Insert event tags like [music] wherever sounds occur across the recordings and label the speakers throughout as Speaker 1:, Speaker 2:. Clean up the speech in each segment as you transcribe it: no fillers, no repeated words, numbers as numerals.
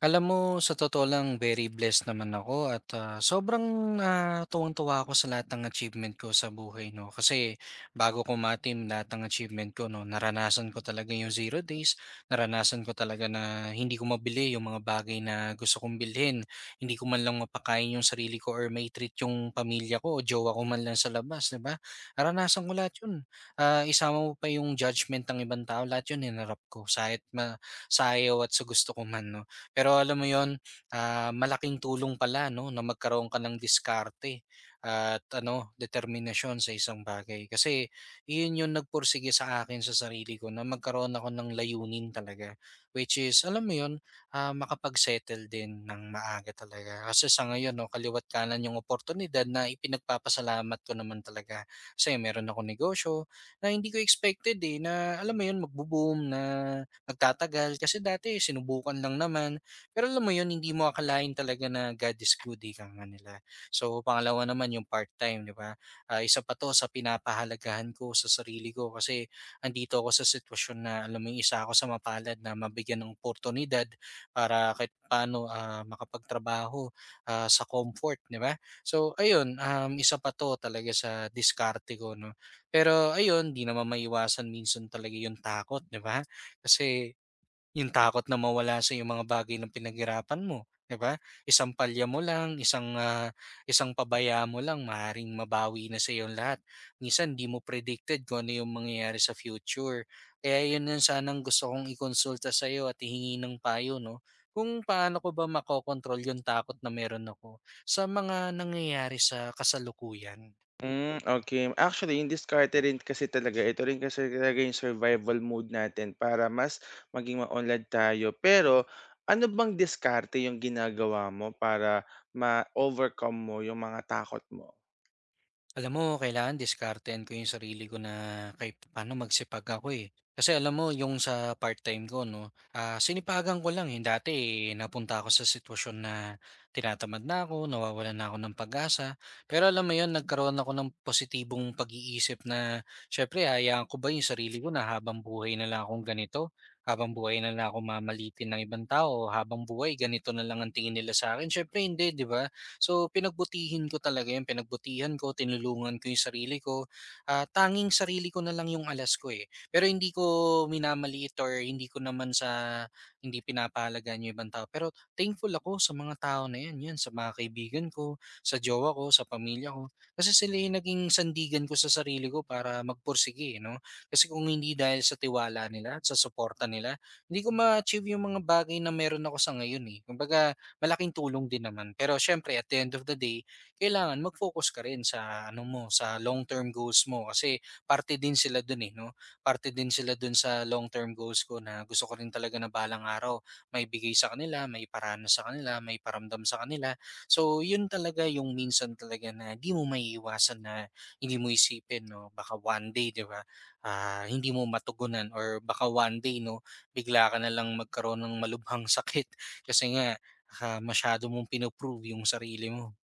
Speaker 1: Alam mo, sa totoo lang, very blessed naman ako at sobrang tuwang-tuwa ako sa lahat ng achievement ko sa buhay, no? Kasi bago ko matim lahat ng achievement ko, no, naranasan ko talaga yung zero days, naranasan ko talaga na hindi ko mabili yung mga bagay na gusto kong bilhin, hindi ko man lang mapakain yung sarili ko or may treat yung pamilya ko o jowa ko man lang sa labas, di ba? Naranasan ko lahat yun. Isama mo pa yung judgment ng ibang tao, lahat yun hinarap ko, sa ayaw at sa gusto ko man, no? Pero alam mo yon, malaking tulong pala 'no na magkaroon ka ng diskarte at ano, determinasyon sa isang bagay. Kasi yun 'yung nagpursige sa akin sa sarili ko na magkaroon ako ng layunin talaga. Which is alam mo 'yun, makapag-settle din ng maaga talaga. Kasi sa ngayon 'no, kaliwa't kanan 'yung oportunidad na ipinagpapasalamat ko naman talaga. Kasi meron ako negosyo na hindi ko expected, eh, na alam mo 'yun, magbo-boom, na magtatagal. Kasi dati sinubukan lang naman pero alam mo 'yun, hindi mo akalain talaga na God is good, ika nga nila. So, pangalawa naman yung part-time, 'di ba? Isa pa 'to sa pinapahalagahan ko sa sarili ko kasi andito ako sa sitwasyon na alam mo 'yung isa ako sa mapalad na mabigyan ng oportunidad para kahit paano makapagtrabaho sa comfort, 'di ba? So, ayun, isa pa 'to talaga sa diskarte ko, no? Pero ayun, di naman maiwasan minsan talaga yung takot, 'di ba? Kasi yung takot na mawala sa yung mga bagay na pinaghirapan mo, 'di ba? Isang palya mo lang, isang pabaya mo lang maaaring mabawi na sa ang lahat. Minsan hindi mo predicted kung ano yung mangyayari sa future. Kaya yun yung sanang gusto kong ikonsulta sa'yo at ihingi ng payo 'no, kung paano ko ba makokontrol yung takot na meron ako sa mga nangyayari sa kasalukuyan.
Speaker 2: Hmm. Okay. Actually, yung diskarte rin kasi talaga, ito rin kasi talaga yung survival mode natin para mas maging maunlad tayo. Pero ano bang diskarte yung ginagawa mo para ma-overcome mo yung mga takot mo?
Speaker 1: Alam mo, kailangan diskartehan ko yung sarili ko na kahit paano magsipag ako eh. Kasi alam mo, yung sa part-time ko, no, sinipagan ko lang. Yung dati, eh, napunta ako sa sitwasyon na tinatamad na ako, nawawalan na ako ng pag-asa. Pero alam mo yun, nagkaroon ako ng positibong pag-iisip na, syempre, hayaan ko ba yung sarili ko na habang buhay na lang akong ganito? Habang buhay na lang ako mamalitin ng ibang tao? Habang buhay, ganito na lang ang tingin nila sa akin? Syempre, hindi, di ba? So pinagbutihin ko talaga 'yun, pinagbutihan ko, tinulungan ko 'yung sarili ko. Tanging sarili ko na lang 'yung alas ko, eh. Pero hindi ko minamaliit or hindi ko naman sa hindi pinapahalagaan 'yung ibang tao. Pero thankful ako sa mga tao na 'yan, 'yan sa mga kaibigan ko, sa jowa ko, sa pamilya ko. Kasi sila 'yung naging sandigan ko sa sarili ko para magpursige, eh, 'no? Kasi kung hindi dahil sa tiwala nila at sa suporta nila, hindi ko ma-achieve 'yung mga bagay na meron ako sa ngayon, eh. Kumbaga malaking tulong din naman. Pero syempre at the end of the day, kailangan mag-focus ka rin sa ano mo, sa long-term goals mo kasi parte din sila dun eh, no? Parte din sila dun sa long-term goals ko na gusto ko rin talaga na balang araw may bigay sa kanila, may parana sa kanila, may paramdam sa kanila. So, yun talaga yung minsan talaga na di mo maiiwasan na hindi mo isipin, no? Baka one day, di ba, hindi mo matugunan or baka one day, no, bigla ka na lang magkaroon ng malubhang sakit [laughs] kasi nga masyado mong pino-prove yung sarili mo.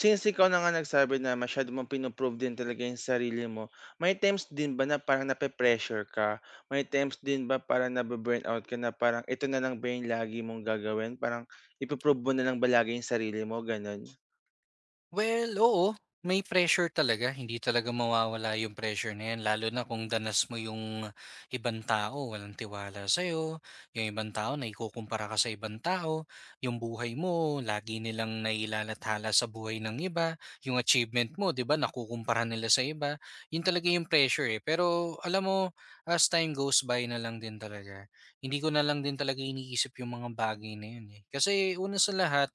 Speaker 2: Since ikaw na nga nagsabi na masyado mong pino din talaga yung sarili mo, may times din ba na parang nape-pressure ka? May times din ba parang nabu-burnout ka na parang, "Ito na lang ba yung lagi mong gagawin?" Parang ipo-prove mo na lang ba lagi yung sarili mo, gano'n?
Speaker 1: Well, oo. May pressure talaga. Hindi talaga mawawala yung pressure na yan. Lalo na kung danas mo yung ibang tao, walang tiwala sa'yo. Yung ibang tao, naikukumpara ka sa ibang tao. Yung buhay mo, lagi nilang nailalathala sa buhay ng iba. Yung achievement mo, di ba, nakukumpara nila sa iba. Yun talaga yung pressure eh. Pero alam mo, as time goes by na lang din talaga. Hindi ko na lang din talaga iniisip yung mga bagay na yun eh. Kasi una sa lahat,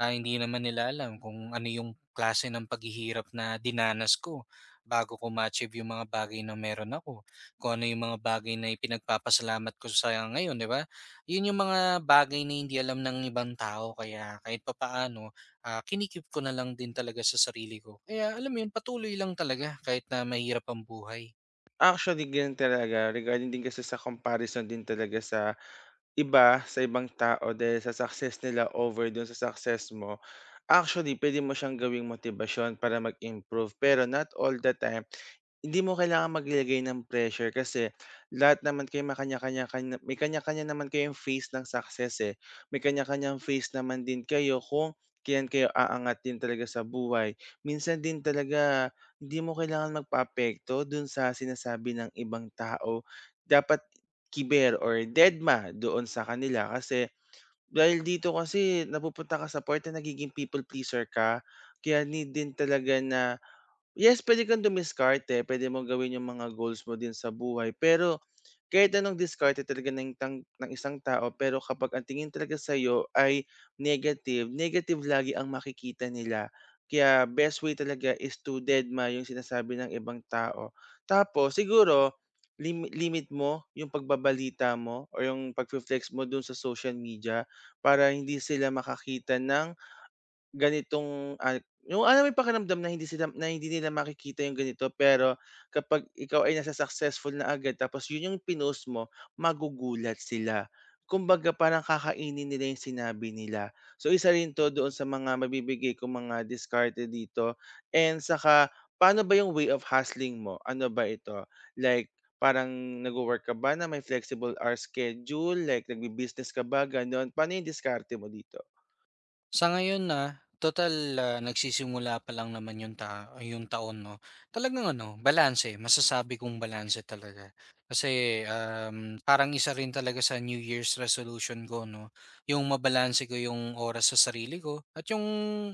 Speaker 1: hindi naman nila alam kung ano yung klase ng paghihirap na dinanas ko bago ko ma-achieve yung mga bagay na meron ako. Kung ano yung mga bagay na ipinagpapasalamat ko sa ngayon, di ba? Yun yung mga bagay na hindi alam ng ibang tao. Kaya kahit papaano, kinikip ko na lang din talaga sa sarili ko. Kaya alam mo yun, patuloy lang talaga kahit na mahirap ang buhay.
Speaker 2: Actually, ganyan talaga. Regarding din kasi sa comparison din talaga sa iba, sa ibang tao dahil sa success nila over dun sa success mo, actually, pwede mo siyang gawing motivation para mag-improve. Pero not all the time, hindi mo kailangang maglagay ng pressure kasi lahat naman kayo may kanya-kanya kanya may kanya-kanya naman kayong phase ng success, eh. May kanya-kanyang phase naman din kayo kung kailan kayo aangat din talaga sa buhay. Minsan din talaga hindi mo kailangan magpaapekto dun sa sinasabi ng ibang tao. Dapat kiber or deadma doon sa kanila kasi dahil dito kasi napupunta ka sa part na nagiging people pleaser ka, kaya need din talaga na yes, puwede kang dumiskarte, puwede mo gawin yung mga goals mo din sa buhay, pero kahit anong diskarte talaga ng tang ng isang tao pero kapag ang tingin talaga sa'yo ay negative, negative lagi ang makikita nila. Kaya best way talaga is to dedma yung sinasabi ng ibang tao. Tapos siguro limit mo yung pagbabalita mo o yung pagfe-flex mo dun sa social media para hindi sila makakita ng ganitong ay yung alam mo yung pakiramdam na hindi sila na hindi nila makikita yung ganito pero kapag ikaw ay nasa successful na agad tapos yun yung pinost mo, magugulat sila. Kumbaga parang kakainin nila yung sinabi nila. So isa rin 'to doon sa mga mabibigay kong mga diskarte dito and saka paano ba yung way of hustling mo? Ano ba ito? Like parang nagwo-work ka ba na may flexible hour schedule, like nagbi-business ka ba, gano'n? Paano yung diskarte mo dito?
Speaker 1: Sa ngayon na, total, nagsisimula pa lang naman yung taon 'no, talagang ano, balanse, masasabi kong balanse talaga. Kasi, parang isa rin talaga sa New Year's resolution ko 'no, yung mabalanse ko yung oras sa sarili ko at yung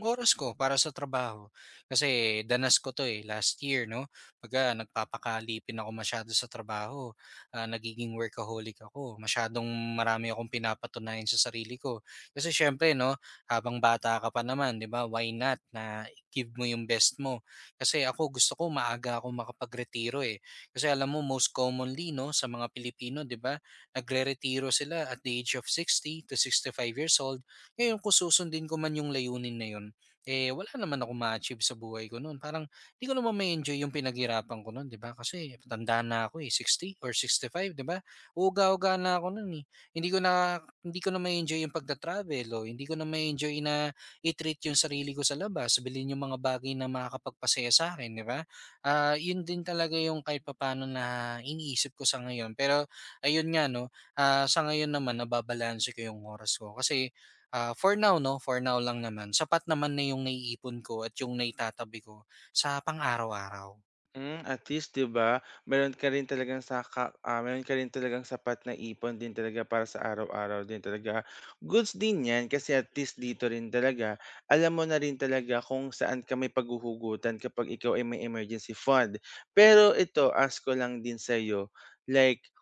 Speaker 1: oras ko para sa trabaho. Kasi danas ko 'to, eh, last year 'no, pagka nagpapakalipin ako masyado sa trabaho, nagiging workaholic ako, masyadong marami akong pinapatunayan sa sarili ko. Kasi siyempre 'no, habang bata ka pa naman, 'di ba, why not na give mo yung best mo. Kasi ako gusto ko maaga ako makapagretiro eh. Kasi alam mo most commonly no sa mga Pilipino, 'di ba, nagreretiro sila at the age of 60 to 65 years old. Ngayon kung susundin ko man yung layunin na yun, eh wala naman ako ma-achieve sa buhay ko noon. Parang hindi ko naman ma-enjoy yung pinaghirapan ko noon, 'di ba? Kasi tanda na ako eh, 60 or five 'di ba? Uga-uga na ako noon eh. Hindi ko na Hindi ko na ma-enjoy yung pagta-travel o hindi ko na ma-enjoy na i-treat yung sarili ko sa labas, bilhin yung mga bagay na makakapagpasaya sa akin, di ba? Yun din talaga yung kahit papano na iniisip ko sa ngayon. Pero ayun nga no, sa ngayon naman nababalanse ko yung oras ko kasi for now no, for now lang naman, sapat naman na yung naiipon ko at yung naitatabi ko sa pang-araw-araw.
Speaker 2: Hmm, at least 'di ba, meron ka rin talagang sapat na ipon din talaga para sa araw-araw din talaga. Goods din 'yan kasi at least dito rin talaga, alam mo na rin talaga kung saan ka may paghuhugutan kapag ikaw ay may emergency fund. Pero ito, ask ko lang din sa'yo, like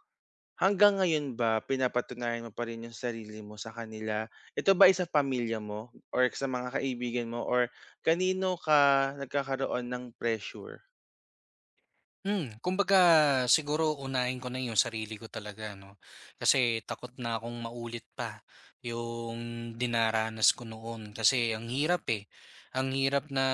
Speaker 2: hanggang ngayon ba pinapatunayan mo pa rin yung sarili mo sa kanila? Ito ba ay pamilya mo or sa mga kaibigan mo or kanino ka nagkakaroon ng pressure?
Speaker 1: Hmm, kumbaga siguro unahin ko na yung sarili ko talaga 'no. Kasi takot na akong maulit pa yung dinaranas ko noon kasi ang hirap, eh. Ang hirap na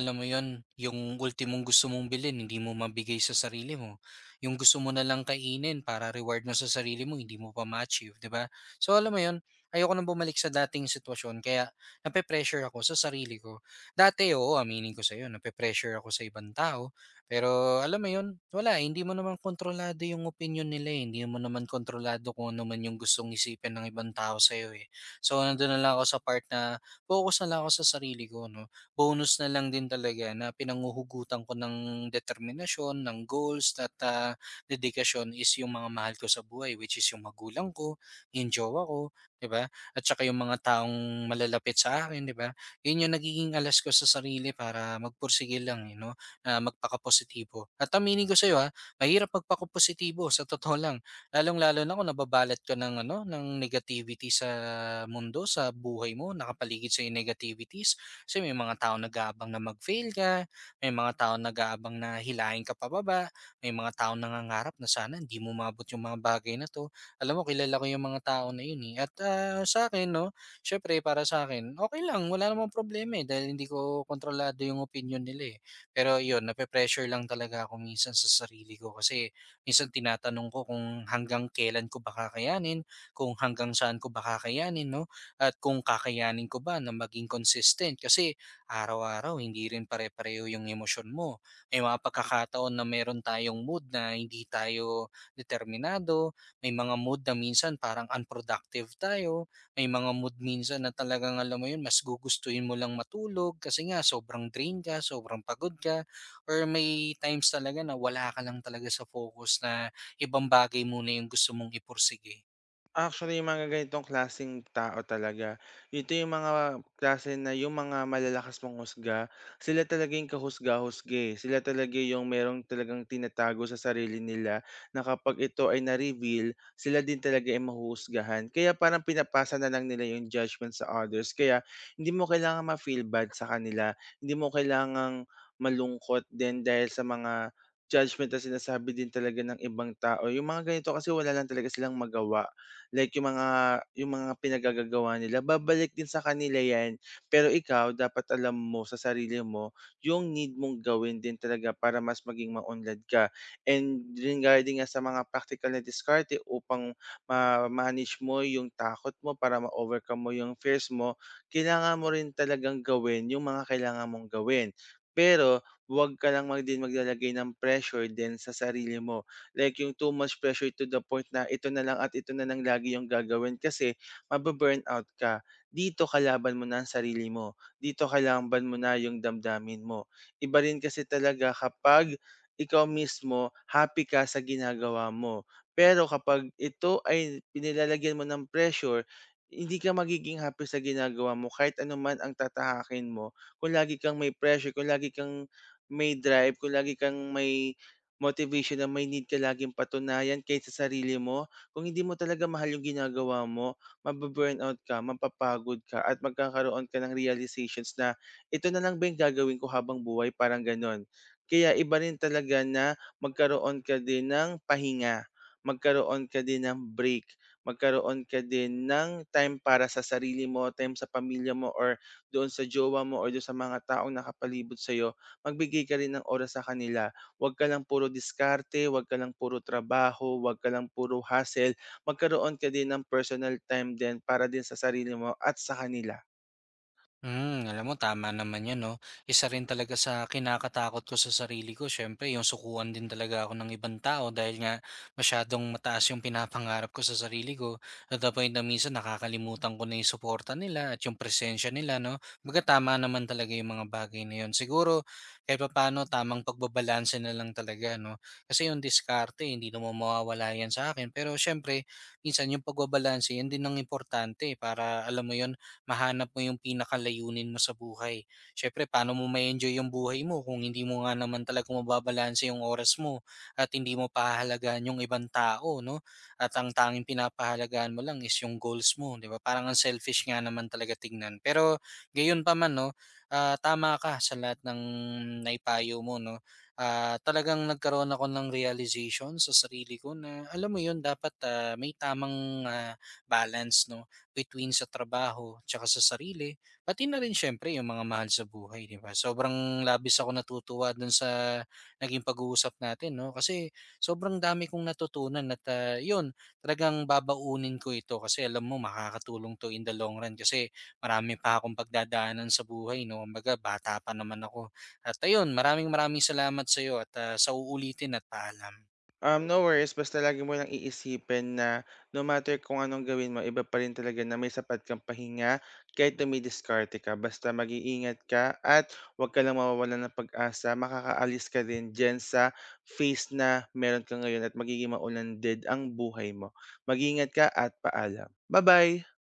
Speaker 1: alam mo yon yung ultimong gusto mong bilhin hindi mo mabigay sa sarili mo. Yung gusto mo na lang kainin para reward mo sa sarili mo hindi mo pa ma-achieve, 'di ba? So alam mo 'yun, ayoko nang bumalik sa dating sitwasyon kaya nape-pressure ako sa sarili ko. Dati, oo, aminin ko sa'yo nape-pressure ako sa ibang tao. Pero alam mo 'yun, wala, eh, hindi mo naman kontrolado yung opinyon nila, eh, hindi mo naman kontrolado kung ano man yung gustong isipin ng ibang tao sa'yo, eh. So, nandun na lang ako sa part na focus na lang ako sa sarili ko 'no. Bonus na lang din talaga na pinanguhugutan ko ng determinasyon, ng goals at, dedikasyon is yung mga mahal ko sa buhay, which is yung magulang ko, yung jowa ko, 'di ba? At saka yung mga taong malalapit sa akin, 'di ba? Yun yung nagiging alas ko sa sarili para magpursige lang, eh, 'no? na magpakapositibo. At aminin ko sa'yo ha, mahirap magpakapositibo [laughs] sa totoo lang. Lalong-lalo na kung nababalat ka ng, ano, ng negativity sa mundo, sa buhay mo, nakapaligid sa yung negativities. Kasi may mga tao nag-aabang na mag-fail ka, may mga tao nag-aabang na hilahin ka pababa, may mga tao nangangarap na sana hindi mo mabot yung mga bagay na to. Alam mo, kilala ko yung mga tao na yun eh. At sa akin, no, syempre para sa akin, okay lang, wala namang problema eh dahil hindi ko kontrolado yung opinion nila eh. Pero yun, nape-pressure lang talaga ako minsan sa sarili ko kasi minsan tinatanong ko kung hanggang kailan ko ba kakayanin, kung hanggang saan ko ba kakayanin, no? At kung kakayanin ko ba na maging consistent kasi araw-araw hindi rin pare-pareho yung emosyon mo. May mga pagkakataon na meron tayong mood na hindi tayo determinado, may mga mood na minsan parang unproductive tayo, may mga mood minsan na talagang alam mo yun, mas gugustuhin mo lang matulog kasi nga sobrang drain ka, sobrang pagod ka, or may times talaga na wala ka lang talaga sa focus na ibang bagay muna yung gusto mong ipursige.
Speaker 2: Actually, yung mga ganitong klaseng tao talaga, ito yung mga klase na yung mga malalakas manghusga, sila talaga yung kahusga-husga, eh. Sila talaga yung merong talagang tinatago sa sarili nila na kapag ito ay na-reveal, sila din talaga ay mahuhusgahan. Kaya parang pinapasa na lang nila yung judgment sa others. Kaya hindi mo kailangan ma-feel bad sa kanila. Hindi mo kailangang malungkot din dahil sa mga judgment na sinasabi din talaga ng ibang tao. Yung mga ganito kasi wala lang talaga silang magawa like yung mga pinagagagawa nila, babalik din sa kanila 'yan. Pero ikaw dapat alam mo sa sarili mo yung need mong gawin din talaga para mas maging maunlad ka. And regarding nga sa mga practical na diskarte upang ma-manage mo yung takot mo para ma-overcome mo yung fears mo, kailangan mo rin talagang gawin yung mga kailangan mong gawin. Pero huwag ka lang din maglalagay ng pressure din sa sarili mo. Like yung too much pressure to the point na ito na lang at ito na lang lagi yung gagawin kasi mababurn out ka. Dito kalaban mo na ang sarili mo. Dito kalaban mo na yung damdamin mo. Iba rin kasi talaga kapag ikaw mismo happy ka sa ginagawa mo. Pero kapag ito ay pinilalagyan mo ng pressure, hindi ka magiging happy sa ginagawa mo kahit anuman ang tatahakin mo. Kung lagi kang may pressure, kung lagi kang may drive, kung lagi kang may motivation na may need ka laging patunayan kahit sa sarili mo, kung hindi mo talaga mahal yung ginagawa mo, mabu-burnout ka, mapapagod ka, at magkakaroon ka ng realizations na, "Ito na lang ba yung gagawin ko habang buhay?" Parang gano'n. Kaya iba rin talaga na magkaroon ka din ng pahinga, magkaroon ka din ng break, magkaroon ka din ng time para sa sarili mo, time sa pamilya mo or doon sa jowa mo or doon sa mga taong nakapalibot sa'yo, magbigay ka rin ng oras sa kanila. Huwag ka lang puro diskarte, huwag ka lang puro trabaho, huwag ka lang puro hustle. Magkaroon ka din ng personal time din para din sa sarili mo at sa kanila.
Speaker 1: Hmm, alam mo tama naman 'yan 'no. Isa rin talaga sa kinakatakot ko sa sarili ko siyempre yung sukuan din talaga ako ng ibang tao dahil nga masyadong mataas yung pinapangarap ko sa sarili ko. To the point na minsan nakakalimutan ko na yung suporta nila at yung presensya nila 'no. Baga tama naman talaga yung mga bagay na 'yon. Siguro kahit paano tamang pagbabalanse na lang talaga 'no. Kasi yung diskarte hindi naman mawawala 'yan sa akin pero siyempre minsan yung pagbabalanse 'yan din ang importante para alam mo 'yon mahanap mo yung pinakalayunin mo sa buhay. Siyempre, paano mo ma-enjoy yung buhay mo kung hindi mo nga naman talaga mababalanse yung oras mo at hindi mo pahahalagaan yung ibang tao, no? At ang tanging pinapahalagaan mo lang is yung goals mo, di ba? Parang ang selfish nga naman talaga tignan. Pero gayon pa man, no? Tama ka sa lahat ng naipayo mo, no? Talagang nagkaroon ako ng realization sa sarili ko na alam mo yun dapat may tamang balance no between sa trabaho tsaka sa sarili, pati na rin siyempre yung mga mahal sa buhay, 'di ba? Sobrang labis ako natutuwa dun sa naging pag-uusap natin, 'no? Kasi sobrang dami kong natutunan at 'yun, talagang babaunin ko ito kasi alam mo makakatulong to in the long run kasi marami pa akong pagdadaanan sa buhay, no? Kumbaga bata pa naman ako. At ayun, maraming maraming salamat sa iyo at sa uulitin at paalam.
Speaker 2: No worries, basta lagi mo lang iisipin na no matter kung anong gawin mo, iba pa rin talaga na may sapat kang pahinga kahit dumidiskarte ka. Basta mag-iingat ka at huwag ka lang mawawalan ng pag-asa. Makakaalis ka din dyan sa phase na meron ka ngayon at magiging maulan din ang buhay mo. Mag-iingat ka at paalam. Bye-bye!